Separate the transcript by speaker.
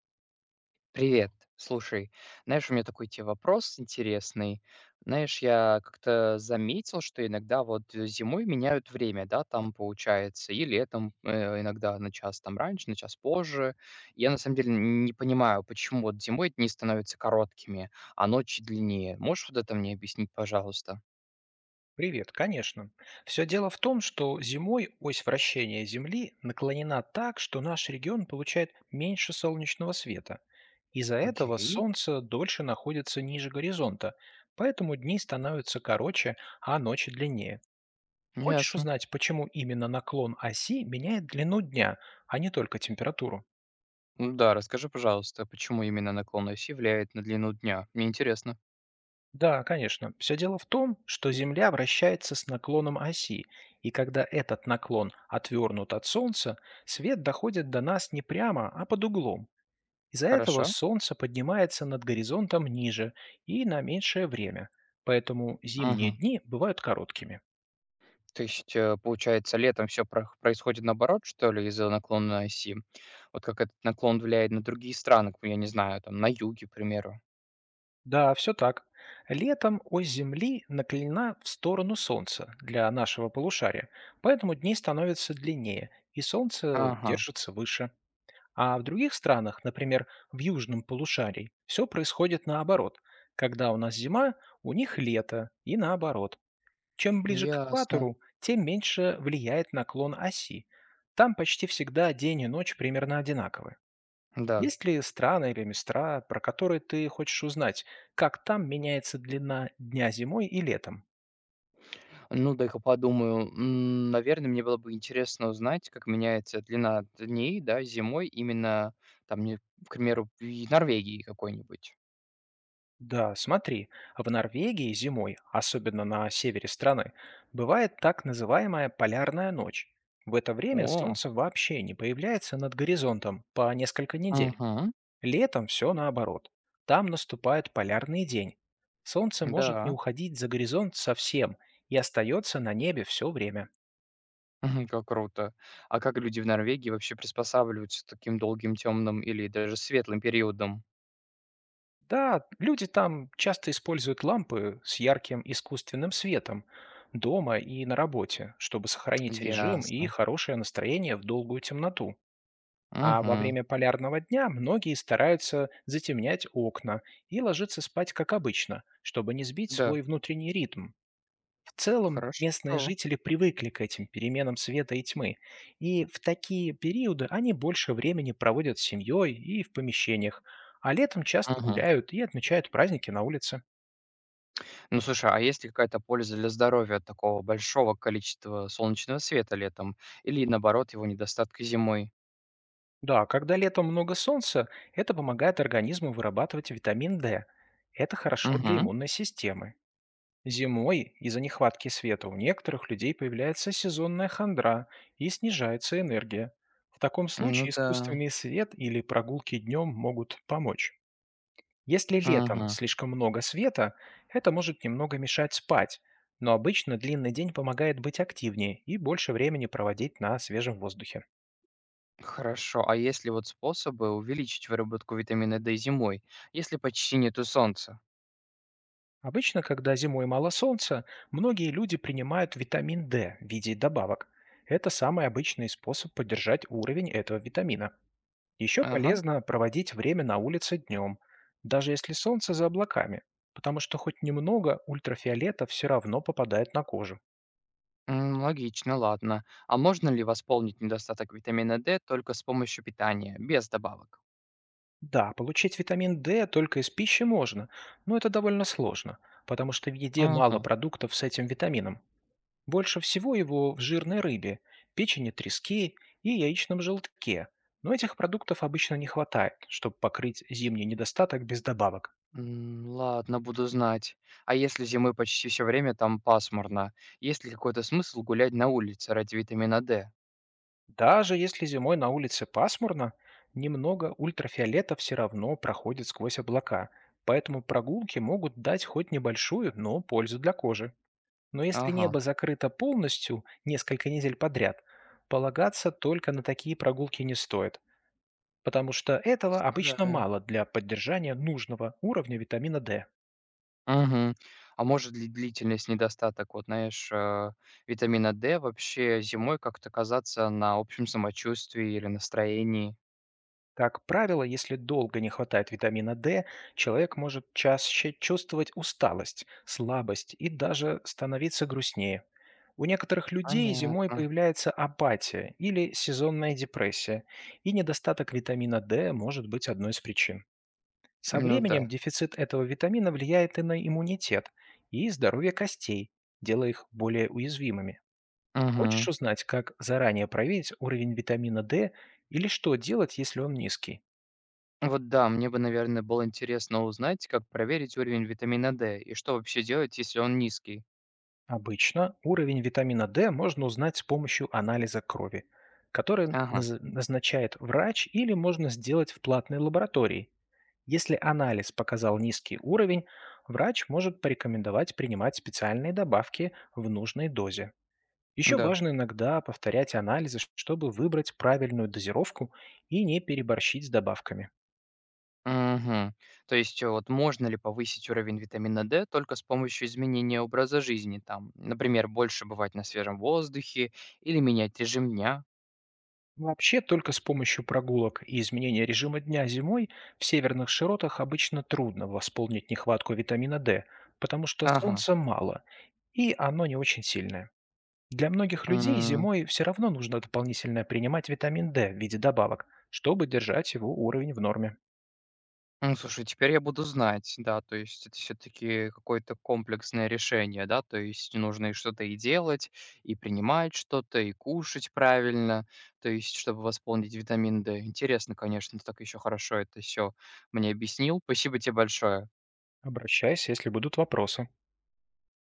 Speaker 1: Привет. Слушай, знаешь, у меня такой тебе вопрос интересный. Знаешь, я как-то заметил, что иногда вот зимой меняют время, да, там получается, и летом иногда на час там раньше, на час позже. Я на самом деле не понимаю, почему вот зимой дни становятся короткими, а ночи длиннее. Можешь вот это мне объяснить, пожалуйста?
Speaker 2: Привет, конечно. Все дело в том, что зимой ось вращения Земли наклонена так, что наш регион получает меньше солнечного света. Из-за этого
Speaker 1: Окей,
Speaker 2: Солнце дольше находится ниже горизонта, поэтому дни становятся короче, а ночи длиннее. Хочешь
Speaker 1: ясно.
Speaker 2: узнать, почему именно наклон оси меняет длину дня, а не только температуру?
Speaker 1: Ну да, расскажи, пожалуйста, почему именно наклон оси влияет на длину дня? Мне интересно.
Speaker 2: Да, конечно. Все дело в том, что Земля вращается с наклоном оси, и когда этот наклон отвернут от Солнца, свет доходит до нас не прямо, а под углом. Из-за этого
Speaker 1: Хорошо?
Speaker 2: Солнце поднимается над горизонтом ниже и на меньшее время, поэтому зимние
Speaker 1: Угу.
Speaker 2: дни бывают короткими.
Speaker 1: То есть, получается, летом все происходит наоборот, что ли, из-за наклона оси? Вот как этот наклон влияет на другие страны, к я не знаю, там, на юге, к примеру?
Speaker 2: Да, все так. Летом ось Земли наклонена в сторону Солнца для нашего полушария, поэтому дни становятся длиннее, и Солнце
Speaker 1: Ага,
Speaker 2: держится выше. А в других странах, например, в южном полушарии, все происходит наоборот. Когда у нас зима, у них лето, и наоборот. Чем ближе к
Speaker 1: ясно.
Speaker 2: экватору, тем меньше влияет наклон оси. Там почти всегда день и ночь примерно одинаковы.
Speaker 1: Да.
Speaker 2: Есть ли страны или места, про которые ты хочешь узнать, как там меняется длина дня зимой и летом?
Speaker 1: Ну, дай-ка подумаю. Наверное, мне было бы интересно узнать, как меняется длина дней, да, зимой именно, там, не к примеру, в Норвегии какой-нибудь.
Speaker 2: Да, смотри, в Норвегии зимой, особенно на севере страны, бывает так называемая полярная ночь. В это время
Speaker 1: О,
Speaker 2: солнце вообще не появляется над горизонтом по несколько недель.
Speaker 1: мгм,
Speaker 2: Летом все наоборот. Там наступает полярный день. Солнце может не
Speaker 1: да.
Speaker 2: уходить за горизонт совсем и остается на небе все время.
Speaker 1: Мгм, как круто. А как люди в Норвегии вообще приспосабливаются к таким долгим, темным или даже светлым периодам?
Speaker 2: Да, люди там часто используют лампы с ярким искусственным светом дома и на работе, чтобы сохранить режим и
Speaker 1: Ясно.
Speaker 2: хорошее настроение в долгую темноту. А во
Speaker 1: Мгм.
Speaker 2: время полярного дня многие стараются затемнять окна и ложиться спать как обычно, чтобы не сбить свой
Speaker 1: Да,
Speaker 2: внутренний ритм. В целом, местные
Speaker 1: хорошо.
Speaker 2: жители привыкли к этим переменам света и тьмы, и в такие периоды они больше времени проводят с семьей и в помещениях, а летом часто
Speaker 1: Мгм.
Speaker 2: гуляют и отмечают праздники на улице.
Speaker 1: Ну, слушай, а есть ли какая-то польза для здоровья от такого большого количества солнечного света летом? Или, наоборот, его недостатка зимой?
Speaker 2: Да, когда летом много солнца, это помогает организму вырабатывать витамин D. Это хорошо для
Speaker 1: Угу.
Speaker 2: иммунной системы. Зимой из-за нехватки света у некоторых людей появляется сезонная хандра и снижается энергия. В таком
Speaker 1: Ну
Speaker 2: случае
Speaker 1: да.
Speaker 2: искусственный свет или прогулки днем могут помочь. Если летом
Speaker 1: Мгм.
Speaker 2: слишком много света, это может немного мешать спать, но обычно длинный день помогает быть активнее и больше времени проводить на свежем воздухе.
Speaker 1: Хорошо. А есть ли вот способы увеличить выработку витамина D зимой, если почти нету солнца?
Speaker 2: Обычно, когда зимой мало солнца, многие люди принимают витамин D в виде добавок. Это самый обычный способ поддержать уровень этого витамина. Еще
Speaker 1: Ага.
Speaker 2: полезно проводить время на улице днем, даже если солнце за облаками, потому что хоть немного ультрафиолета все равно попадает на кожу.
Speaker 1: М, логично, ладно. А можно ли восполнить недостаток витамина D только с помощью питания, без добавок?
Speaker 2: Да, получить витамин D только из пищи можно, но это довольно сложно, потому что в еде мало
Speaker 1: Мгм.
Speaker 2: продуктов с этим витамином. Больше всего его в жирной рыбе, печени трески и яичном желтке. Но этих продуктов обычно не хватает, чтобы покрыть зимний недостаток без добавок.
Speaker 1: Ладно, буду знать. А если зимой почти все время там пасмурно, есть ли какой-то смысл гулять на улице ради витамина D?
Speaker 2: Даже если зимой на улице пасмурно, немного ультрафиолета все равно проходит сквозь облака, поэтому прогулки могут дать хоть небольшую, но пользу для кожи. Но если
Speaker 1: Ага,
Speaker 2: небо закрыто полностью несколько недель подряд, полагаться только на такие прогулки не стоит, потому что этого обычно
Speaker 1: представляю.
Speaker 2: мало для поддержания нужного уровня витамина D.
Speaker 1: Мгм. А может ли длительность недостаток, вот знаешь, витамина D вообще зимой как-то казаться на общем самочувствии или настроении?
Speaker 2: Как правило, если долго не хватает витамина D, человек может чаще чувствовать усталость, слабость и даже становиться грустнее. У некоторых людей зимой
Speaker 1: Понятно.
Speaker 2: появляется апатия или сезонная депрессия, и недостаток витамина D может быть одной из причин. Со
Speaker 1: Ну да.
Speaker 2: временем дефицит этого витамина влияет и на иммунитет, и здоровье костей, делая их более уязвимыми. Хочешь
Speaker 1: Мгм.
Speaker 2: узнать, как заранее проверить уровень витамина D или что делать, если он низкий?
Speaker 1: Вот да, мне бы, наверное, было интересно узнать, как проверить уровень витамина D и что вообще делать, если он низкий.
Speaker 2: Обычно уровень витамина D можно узнать с помощью анализа крови, который
Speaker 1: Ага,
Speaker 2: назначает врач или можно сделать в платной лаборатории. Если анализ показал низкий уровень, врач может порекомендовать принимать специальные добавки в нужной дозе. Еще
Speaker 1: да.
Speaker 2: важно иногда повторять анализы, чтобы выбрать правильную дозировку и не переборщить с добавками.
Speaker 1: Мгм. То есть вот можно ли повысить уровень витамина D только с помощью изменения образа жизни, там, например, больше бывать на свежем воздухе или менять режим дня?
Speaker 2: Вообще, только с помощью прогулок и изменения режима дня зимой в северных широтах обычно трудно восполнить нехватку витамина D, потому что
Speaker 1: Ага.
Speaker 2: солнца мало, и оно не очень сильное. Для многих людей зимой все равно нужно дополнительно принимать витамин D в виде добавок, чтобы держать его уровень в норме.
Speaker 1: Ну, слушай, теперь я буду знать, да, то есть это все-таки какое-то комплексное решение, да, то есть нужно и что-то и делать, и принимать что-то, и кушать правильно, то есть чтобы восполнить витамин D. Интересно, конечно, ты так еще хорошо это все мне объяснил. Спасибо тебе большое.
Speaker 2: Обращайся, если будут вопросы.